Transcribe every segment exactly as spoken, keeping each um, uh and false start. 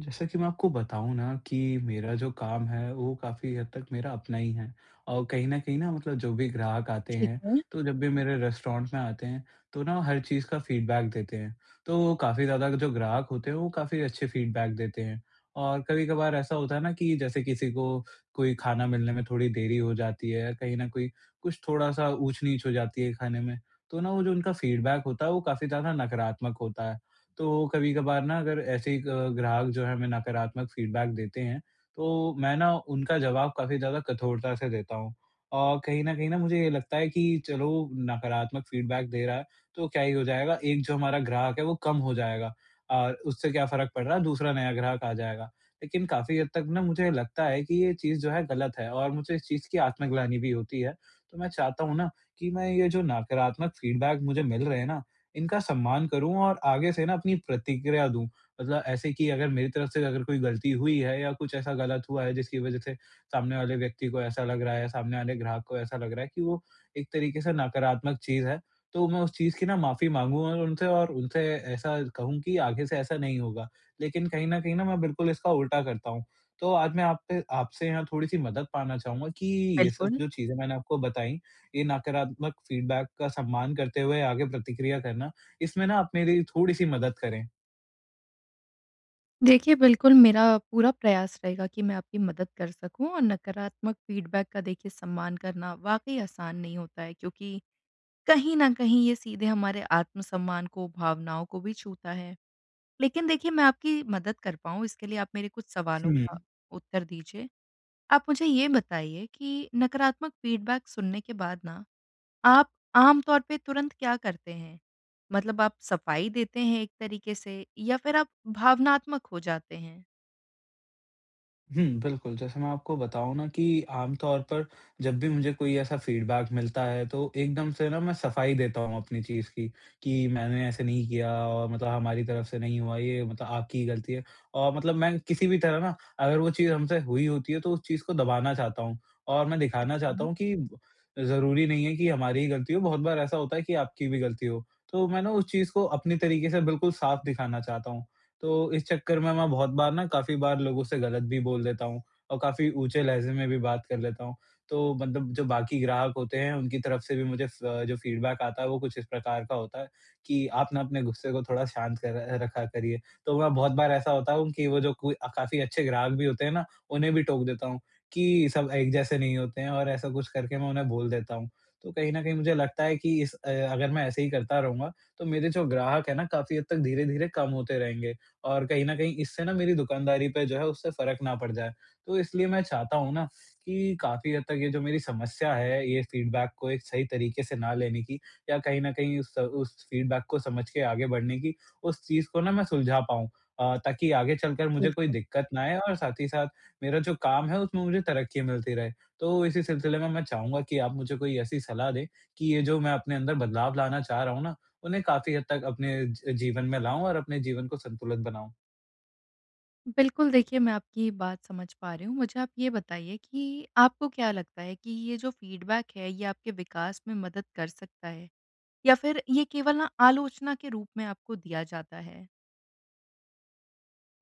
जैसा कि मैं आपको बताऊँ ना कि मेरा जो काम है, वो काफ़ी हद तक मेरा अपना ही है। और कहीं न कहीं ना मतलब जो भी ग्राहक आते ठीक हैं, है। तो जब भी मेरे रेस्टोरेंट में आते हैं, तो ना हर चीज़ का फ़ीडबैक देते हैं। तो काफ़ी ज़्यादा जो ग्राहक होते हैं, वो काफ़ी अच्छे फ़ीडबैक देते हैं और कभी-कभार ऐसा होता है ना कि जैसे किसी को कोई खाना मिलने में थोड़ी देरी हो जाती है, कहीं न कहीं कुछ थोड़ा-सा ऊँच-नीच हो जाती है खाने में, तो ना वो जो उनका फ़ीडबैक होता है, वो काफ़ी ज़्यादा नकारात्मक होता है। तो कभी कभार ना अगर ऐसे ही ग ग्राहक जो है हमें नकारात्मक फीडबैक देते हैं, तो मैं ना उनका जवाब काफ़ी ज़्यादा कठोरता से देता हूँ। और कहीं न कहीं ना मुझे ये लगता है कि चलो नकारात्मक फीडबैक दे रहा है, तो क्या ही हो जाएगा, एक जो हमारा ग्राहक है वो कम हो जाएगा और उससे क्या फ़र्क पड़ रहा है, दूसरा नया ग्राहक आ जाएगा। लेकिन काफ़ी हद तक ना मुझे लगता है कि ये चीज़ जो है गलत है और मुझे इस चीज़ की आत्मग्लानि भी होती है। तो मैं चाहता हूँ ना कि मैं ये जो नकारात्मक फीडबैक मुझे मिल रहे हैं ना, इनका सम्मान करूँ और आगे से ना अपनी प्रतिक्रिया दूँ। मतलब ऐसे कि अगर मेरी तरफ से अगर कोई गलती हुई है या कुछ ऐसा गलत हुआ है जिसकी वज़ह से सामने वाले व्यक्ति को ऐसा लग रहा है, सामने वाले ग्राहक को ऐसा लग रहा है कि वो एक तरीके से नकारात्मक चीज़ है, तो मैं उस चीज़ की ना माफ़ी माँगूँ और उनसे और उनसे ऐसा कहूँ कि आगे से ऐसा नहीं होगा। लेकिन कहीं न कहीं ना मैं बिल्कुल इसका उल्टा करता हूँ। तो आज मैं आप पे आपसे यहाँ थोड़ी-सी मदद पाना चाहूँगा कि ये सब बिल्कुल। जो चीज़ें मैंने आपको बताई, ये नकारात्मक फीडबैक का सम्मान करते हुए आगे प्रतिक्रिया करना, इसमें ना आप मेरी थोड़ी-सी मदद करें। देखिए, बिल्कुल मेरा पूरा प्रयास रहेगा कि मैं आपकी मदद कर सकूँ और नकारात्मक फ़ीडबैक का देखिए सम्मान करना वाक़ई आसान नहीं होता है, क्योंकि कहीं न कहीं ये सीधे हमारे आत्मसम्मान को, भावनाओं को भी छूता है। लेकिन देखिए, मैं आपकी मदद कर पाऊँ इसके लिए आप मेरे कुछ सवालों हुँ। का उत्तर दीजिए। आप मुझे ये बताइए कि नकारात्मक फ़ीडबैक सुनने के बाद ना आप आम तौर पे तुरंत क्या करते हैं? मतलब, आप सफाई देते हैं एक तरीके से या फिर आप भावनात्मक हो जाते हैं? हुँ, बिल्कुल, जैसे मैं आपको बताऊँ ना कि आमतौर पर जब भी मुझे कोई ऐसा फ़ीडबैक मिलता है, तो एकदम से ना मैं सफाई देता हूँ अपनी चीज़ की, कि मैंने ऐसे नहीं किया और मतलब हमारी तरफ से नहीं हुआ ये, मतलब आपकी ही गलती है। और मतलब मैं किसी भी तरह ना अगर वो चीज़ हमसे हुई होती है, तो उस चीज़ को दबाना चाहता हूँ और मैं दिखाना अच्छा, चाहता हूँ कि ज़रूरी नहीं है कि हमारी ही गलती हो, बहुत बार ऐसा होता है कि आपकी भी गलती हो। तो मैं ना उस चीज़ को अपने तरीके से बिल्कुल साफ दिखाना चाहता हूँ। तो इस चक्कर में मैं बहुत बार ना काफ़ी बार लोगों से गलत भी बोल देता हूँ और काफ़ी ऊँचे लहज़े में भी बात कर लेता हूँ। तो मतलब जो बाकी ग्राहक होते हैं उनकी तरफ से भी मुझे फ जो फ़ीडबैक आता है, वो कुछ इस प्रकार का होता है कि आप ना अपने गुस्से को थोड़ा शांत कर रखा करिए। तो मैं बहुत बार ऐसा होता हूँ कि वो जो कोई अ, काफ़ी अच्छे ग्राहक भी होते हैं ना, उन्हें भी टोक देता हूँ कि सब एक जैसे नहीं होते हैं और ऐसा कुछ करके मैं उन्हें बोल देता हूँ। तो कहीं न कहीं मुझे लगता है कि इस अ, अगर मैं ऐसे ही करता रहूँगा, तो मेरे जो ग्राहक है ना काफ़ी हद तक धीरे-धीरे कम होते रहेंगे। और कहीं न कहीं इससे ना मेरी दुकानदारी पे जो है उससे फ़र्क ना पड़ जाए। तो इसलिए मैं चाहता हूँ ना कि काफ़ी हद तक ये जो मेरी समस्या है, ये फ़ीडबैक को एक सही तरीके से ना लेने की या कहीं न कहीं उस उस फ़ीडबैक को समझ के आगे बढ़ने की, उस चीज़ को ना मैं सुलझा पाऊँ, अ, ताकि आगे चलकर मुझे कोई बिल्कुल। दिक्कत ना आए और साथ ही साथ मेरा जो काम है उसमें मुझे तरक्की मिलती रहे। तो इसी सिलसिले में मैं चाहूँगा कि आप मुझे कोई ऐसी सलाह दें कि ये जो मैं अपने अंदर बदलाव लाना चाह रहा हूँ ना, उन्हें काफ़ी हद तक अपने ज जीवन में लाऊँ और अपने जीवन को संतुलित बनाऊँ। बिल्कुल, देखिए मैं आपकी बात समझ पा रही हूँ। मुझे आप ये बताइए कि आपको क्या लगता है कि ये जो फीडबैक है ये आपके विकास में मदद कर सकता है? या फिर ये केवल ना आलोचना के रूप में आपको दिया जाता है?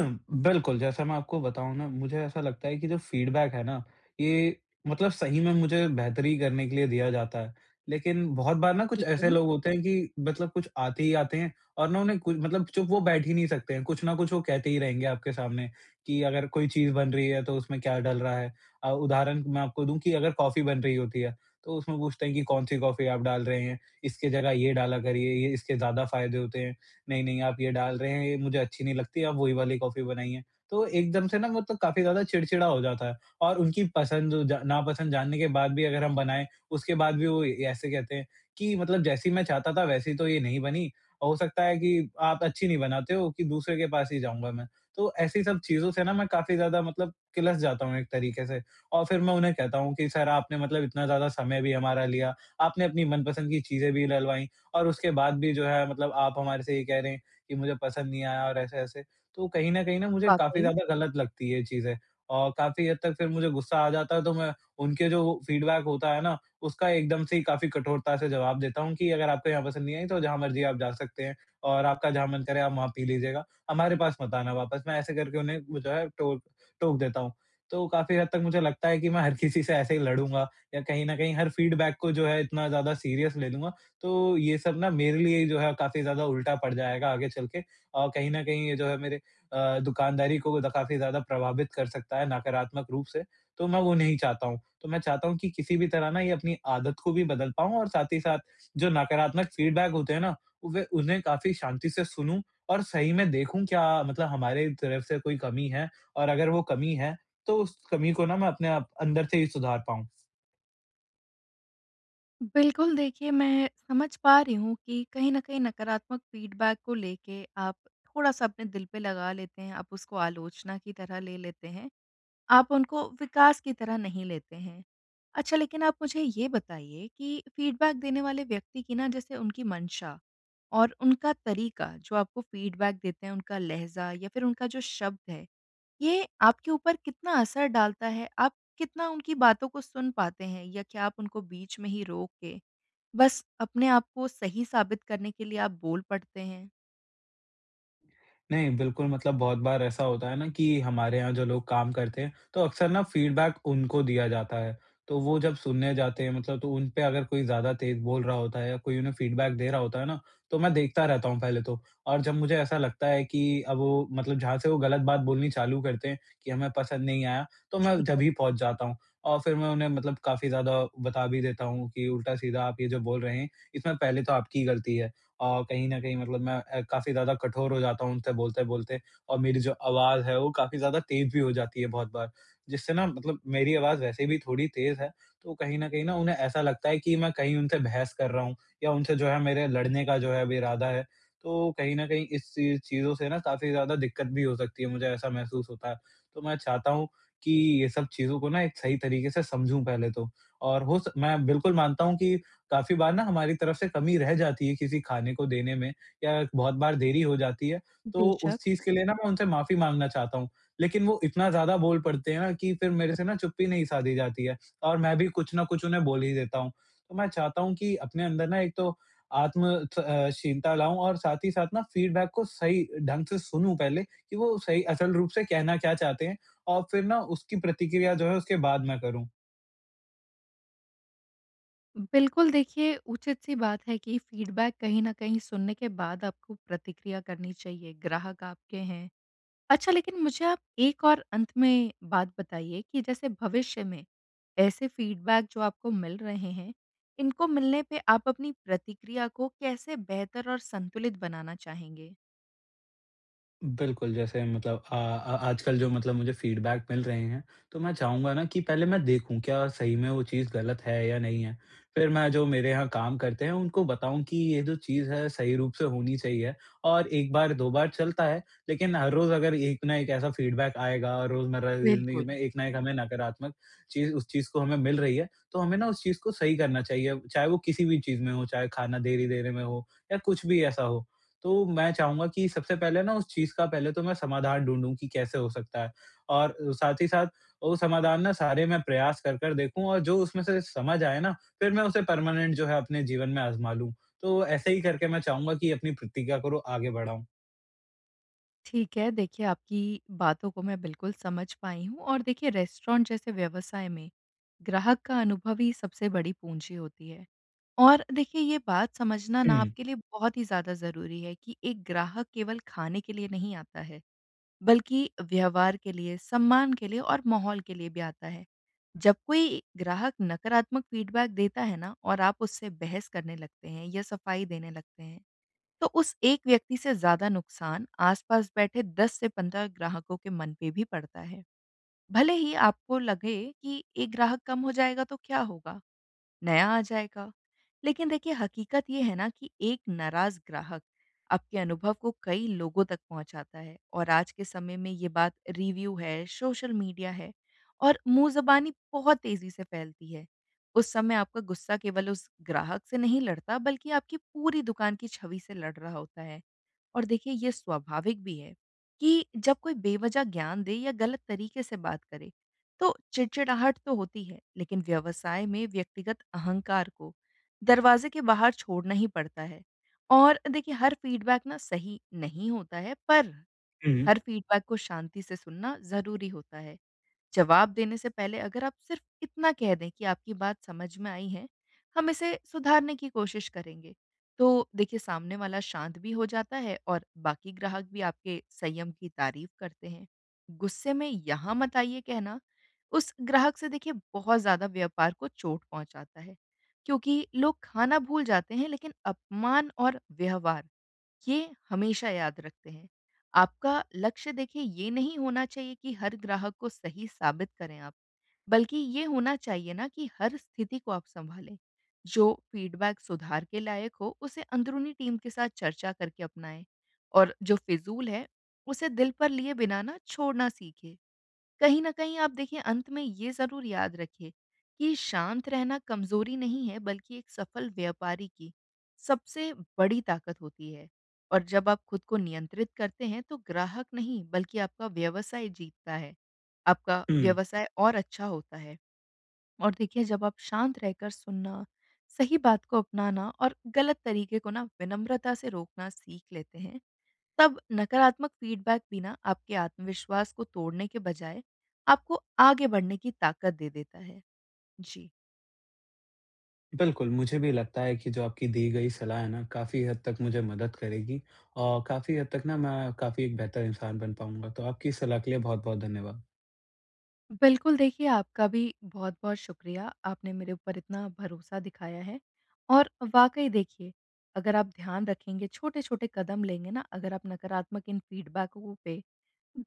बिल्कुल, जैसा मैं आपको बताऊँ ना, मुझे ऐसा लगता है कि जो फ़ीडबैक है ना, ये मतलब सही में मुझे बेहतरी करने के लिए दिया जाता है। लेकिन बहुत बार ना कुछ ठीक ऐसे है। लोग होते हैं कि मतलब कुछ आते ही आते हैं और ना उन्हें कुछ मतलब चुप वो बैठ ही नहीं सकते हैं, कुछ ना कुछ वो कहते ही रहेंगे आपके सामने कि अगर कोई चीज़ बन रही है तो उसमें क्या डल रहा है। अ, उदाहरण मैं आपको दूँ कि अगर कॉफ़ी बन रही होती है, तो उसमें पूछते हैं कि कौन-सी कॉफ़ी आप डाल रहे हैं, इसकी जगह ये डाला करिए, ये इसके ज़्यादा फ़ायदे होते हैं। नहीं-नहीं आप ये डाल रहे हैं, ये मुझे अच्छी नहीं लगती, आप वही वाली कॉफ़ी बनाइए। तो एकदम से ना मतलब काफ़ी ज़्यादा चिड़चिड़ा हो जाता है, और उनकी पसंद जो जा नापसंद जानने के बाद भी अगर हम बनाएँ, उसके बाद भी वो ये- ऐसे कहते हैं कि मतलब जैसी मैं चाहता था वैसी तो ये नहीं बनी, और हो सकता है कि आप अच्छी नहीं बनाते हो कि दूसरे के पास ही जाऊँगा मैं। तो ऐसी सब चीज़ों से ना मैं काफ़ी ज़्यादा मतलब किलस जाता हूँ एक तरीके से, और फिर मैं उन्हें कहता हूँ कि सर आपने मतलब इतना ज़्यादा समय भी हमारा लिया, आपने अपनी मनपसंद की चीज़ें भी डलवाई। और उसके बाद भी जो है मतलब आप हमारे से ये कह रहे हैं कि मुझे पसंद नहीं आया और ऐसे-ऐसे। तो कहीं न कहीं ना मुझे काफ़ी वाक़ई। ज़्यादा गलत लगती है ये चीज़ें, और काफ़ी हद तक फिर मुझे गुस्सा आ जाता है, तो मैं उनके जो फीडबैक होता है ना, उसका एकदम से ही काफ़ी कठोरता से जवाब देता हूँ कि अगर आपको यहाँ पसंद नहीं आई तो जहाँ मर्ज़ी आप जा सकते हैं और आपका जहाँ मन करे आप वहाँ पी लीजिएगा, हमारे पास मत आना वापस। मैं ऐसे करके उन्हें वो जो है टोक टोक देता हूँ। तो काफ़ी हद तक मुझे लगता है कि मैं हर किसी से ऐसे ही लड़ूँगा या कहीं न कहीं हर फीडबैक को जो है इतना ज़्यादा सीरियस ले लूँगा, तो ये सब ना मेरे लिए जो है काफ़ी ज़्यादा उल्टा पड़ जाएगा आगे चल के, और कहीं न कहीं ये जो है मेरे अ, दुकानदारी को द काफ़ी ज़्यादा प्रभावित कर सकता है नकारात्मक रूप से, तो मैं वो नहीं चाहता हूँ। तो मैं चाहता हूँ कि किसी भी तरह ना ये अपनी आदत को भी बदल पाऊँ और साथ ही साथ जो नकारात्मक फ़ीडबैक होते हैं ना, वे उन्हें काफ़ी शांति से सुनूँ और सही में देखूँ क्या मतलब हमारे तरफ से कोई कमी है, और अगर वो कमी है, तो उस कमी को ना मैं अपने आप अंदर से ही सुधार पाऊँ। बिल्कुल, देखिए, मैं समझ पा रही हूँ कि कहीं न कहीं नकारात्मक फ़ीडबैक को लेके आप थोड़ा-सा अपने दिल पे लगा लेते हैं, आप उसको आलोचना की तरह ले लेते हैं, आप उनको विकास की तरह नहीं लेते हैं। अच्छा, लेकिन आप मुझे ये बताइए कि फ़ीडबैक देने वाले व्यक्ति की ना, जैसे उनकी मंशा और उनका तरीका जो आपको फ़ीडबैक देते हैं, उनका लहज़ा या फिर उनका जो शब्द है, ये आपके ऊपर कितना असर डालता है? आप कितना उनकी बातों को सुन पाते हैं, या क्या आप उनको बीच में ही रोक के बस अपने आप को सही साबित करने के लिए आप बोल पड़ते हैं? नहीं, बिल्कुल मतलब बहुत बार ऐसा होता है ना कि हमारे यहाँ जो लोग काम करते हैं, तो अक्सर ना फीडबैक उनको दिया जाता है। तो वो जब सुनने जाते हैं मतलब तो उन पे अगर कोई ज़्यादा तेज़ बोल रहा होता है या कोई उन्हें फीडबैक दे रहा होता है ना, तो मैं देखता रहता हूँ पहले तो। और जब मुझे ऐसा लगता है कि अब वो मतलब जहाँ से वो गलत बात बोलनी चालू करते हैं कि हमें पसंद नहीं आया, तो मैं ठीक है, तभी पहुँच जाता हूँ। और फिर मैं उन्हें मतलब काफ़ी ज़्यादा बता भी देता हूँ कि उल्टा-सीधा आप ये जो बोल रहे हैं, इसमें पहले तो आपकी गलती है। अ, कहीं न कहीं मतलब मैं अ, काफ़ी ज़्यादा कठोर हो जाता हूँ उनसे बोलते-बोलते, और मेरी जो आवाज़ है वो काफ़ी ज़्यादा तेज़ भी हो जाती है बहुत बार, जिससे ना मतलब मेरी आवाज़ वैसे भी थोड़ी तेज़ है, तो कहीं न कहीं ना उन्हें ऐसा लगता है कि मैं कहीं उनसे बहस कर रहा हूँ या उनसे जो है मेरे लड़ने का जो है अब इरादा है। तो कहीं न कहीं इस चीज़ चीज़ों से ना काफ़ी ज़्यादा दिक्कत भी हो सकती है, मुझे ऐसा महसूस होता है। तो मैं चाहता हूँ कि ये सब चीज़ों को ना एक सही तरीके से समझूँ पहले तो, और हो स मैं बिल्कुल मानता हूँ कि काफ़ी बार ना हमारी तरफ से कमी रह जाती है किसी खाने को देने में या बहुत बार देरी हो जाती है, तो उस बेशक। चीज़ के लिए ना मैं उनसे माफ़ी माँगना चाहता हूँ। लेकिन वो इतना ज़्यादा बोल पड़ते हैं ना कि फिर मेरे से ना चुप्पी नहीं साधी जाती है और मैं भी कुछ ना कुछ उन्हें बोल ही देता हूँ। तो मैं चाहता हूँ कि अपने अंदर ना एक तो आत्म थ अ, शीलता लाऊँ, और साथ ही साथ ना फ़ीडबैक को सही ढंग से सुनूँ पहले कि वो सही असल रूप से कहना क्या चाहते हैं, और फिर ना उसकी प्रतिक्रिया जो है उसके बाद मैं करूँ। बिल्कुल देखिए, उचित-सी बात है कि फ़ीडबैक कहीं न कहीं सुनने के बाद आपको प्रतिक्रिया करनी चाहिए, ग्राहक आपके हैं। अच्छा, लेकिन मुझे आप एक और अंत में बात बताइए कि जैसे भविष्य में ऐसे फ़ीडबैक जो आपको मिल रहे हैं, इनको मिलने पे आप अपनी प्रतिक्रिया को कैसे बेहतर और संतुलित बनाना चाहेंगे? बिल्कुल, जैसे मतलब अ अ, आजकल जो मतलब मुझे फीडबैक मिल रहे हैं, तो मैं चाहूँगा ना कि पहले मैं देखूँ क्या सही में वो चीज़ गलत है या नहीं है। फिर मैं जो मेरे यहाँ काम करते हैं उनको बताऊँ कि ये जो चीज़ है सही रूप से होनी चाहिए, और एक बार दो बार चलता है, लेकिन हर रोज़ अगर एक ना एक ऐसा फीडबैक आएगा रोज़मर्रा की ज़िंदगी बिल्कुल। में, एक ना एक हमें नकारात्मक चीज़ उस चीज़ को हमें मिल रही है, तो हमें ना उस चीज़ को सही करना चाहिए, चाहे वो किसी भी चीज़ में हो, चाहे खाना देरी देने में हो या कुछ भी ऐसा हो। तो मैं चाहूँगा कि सबसे पहले ना उस चीज़ का पहले तो मैं समाधान ढूँढूँ कि कैसे हो सकता है। और साथ ही साथ वो समाधान ना सारे मैं प्रयास कर कर देखूँ और जो उसमें से समझ आए ना, फिर मैं उसे परमानेंट जो है अपने जीवन में आज़मा लूँ। तो ऐसे ही करके मैं चाहूँगा कि अपनी प्रतिक्रिया को रो आगे बढ़ाऊँ। ठीक है, देखिए, आपकी बातों को मैं बिल्कुल समझ पाई हूँ और देखिए, रेस्टोरेंट जैसे व्यवसाय में ग्राहक का अनुभव ही सबसे बड़ी पूँजी होती है। और देखिए, ये बात समझना ना हुँ, आपके लिए बहुत ही ज़्यादा ज़रूरी है कि एक ग्राहक केवल खाने के लिए नहीं आता है, बल्कि व्यवहार के लिए, सम्मान के लिए और माहौल के लिए भी आता है। जब कोई ग्राहक नकारात्मक फीडबैक देता है ना और आप उससे बहस करने लगते हैं या सफाई देने लगते हैं, तो उस एक व्यक्ति से ज़्यादा नुकसान आसपास बैठे दस से पंद्रह ग्राहकों के मन पे भी पड़ता है। भले ही आपको लगे कि एक ग्राहक कम हो जाएगा तो क्या होगा, नया आ जाएगा। लेकिन देखिए, हकीकत ये है ना कि एक नाराज़ ग्राहक आपके अनुभव को कई लोगों तक पहुंचाता है और आज के समय में ये बात, रिव्यू है, सोशल मीडिया है और मुंह ज़बानी बहुत तेज़ी से फैलती है। उस समय आपका गुस्सा केवल उस ग्राहक से नहीं लड़ता, बल्कि आपकी पूरी दुकान की छवि से लड़ रहा होता है। और देखिए, ये स्वाभाविक भी है कि जब कोई बेवजह ज्ञान दे या गलत तरीके से बात करे, तो चिड़चिड़ाहट तो होती है, लेकिन व्यवसाय में व्यक्तिगत अहंकार को दरवाजे के बाहर छोड़ना ही पड़ता है। और देखिए, हर फीडबैक ना सही नहीं होता है, पर हुँ, हर फीडबैक को शांति से सुनना जरूरी होता है। जवाब देने से पहले अगर आप सिर्फ इतना कह दें कि आपकी बात समझ में आई है, हम इसे सुधारने की कोशिश करेंगे, तो देखिए, सामने वाला शांत भी हो जाता है और बाकी ग्राहक भी आपके संयम की तारीफ करते हैं। गुस्से में यहाँ मत आइए कहना, उस ग्राहक से देखिए, बहुत ज़्यादा व्यापार को चोट पहुँचाता है, क्योंकि लोग खाना भूल जाते हैं, लेकिन अपमान और व्यवहार ये हमेशा याद रखते हैं। आपका लक्ष्य देखिए ये नहीं होना चाहिए कि हर ग्राहक को सही साबित करें आप, बल्कि ये होना चाहिए ना कि हर स्थिति को आप सँभालें। जो फ़ीडबैक सुधार के लायक हो, उसे अंदरूनी टीम के साथ चर्चा करके अपनाएँ और जो फ़िज़ूल है, उसे दिल पर लिए बिना ना छोड़ना सीखें। कहीं न कहीं आप देखिए, अंत में ये ज़रूर याद रखिए कि शांत रहना कमज़ोरी नहीं है, बल्कि एक सफल व्यापारी की सबसे बड़ी ताकत होती है। और जब आप खुद को नियंत्रित करते हैं, तो ग्राहक नहीं, बल्कि आपका व्यवसाय जीतता है। आपका हुँ। व्यवसाय और अच्छा होता है। और देखिए, जब आप शांत रहकर सुनना, सही बात को अपनाना और गलत तरीके को ना विनम्रता से रोकना सीख लेते हैं, तब नकारात्मक फीडबैक भी ना आपके आत्मविश्वास को तोड़ने के बजाय आपको आगे बढ़ने की ताकत दे देता है। जी। बिल्कुल, मुझे भी लगता है कि जो आपकी दी गई सलाह है ना, काफ़ी हद तक मुझे मदद करेगी, और काफ़ी हद तक ना मैं काफ़ी एक बेहतर इंसान बन पाऊँगा। तो आपकी सलाह के लिए बहुत-बहुत धन्यवाद। बिल्कुल, देखिए, आपका भी बहुत-बहुत शुक्रिया। आपने मेरे ऊपर इतना भरोसा दिखाया है और वाक़ई देखिए, अगर आप ध्यान रखेंगे, छोटे-छोटे कदम लेंगे ना, अगर आप नकारात्मक इन फीडबैकों पे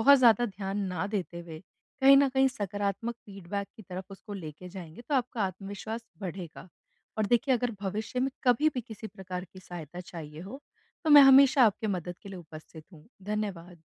बहुत ज़्यादा ध्यान ना देते हुए, कहीं न कहीं सकारात्मक फीडबैक की तरफ उसको लेके जाएँगे, तो आपका आत्मविश्वास बढ़ेगा। और देखिए, अगर भविष्य में कभी भी किसी प्रकार की सहायता चाहिए हो, तो मैं हमेशा आपके मदद के लिए उपस्थित हूँ। धन्यवाद।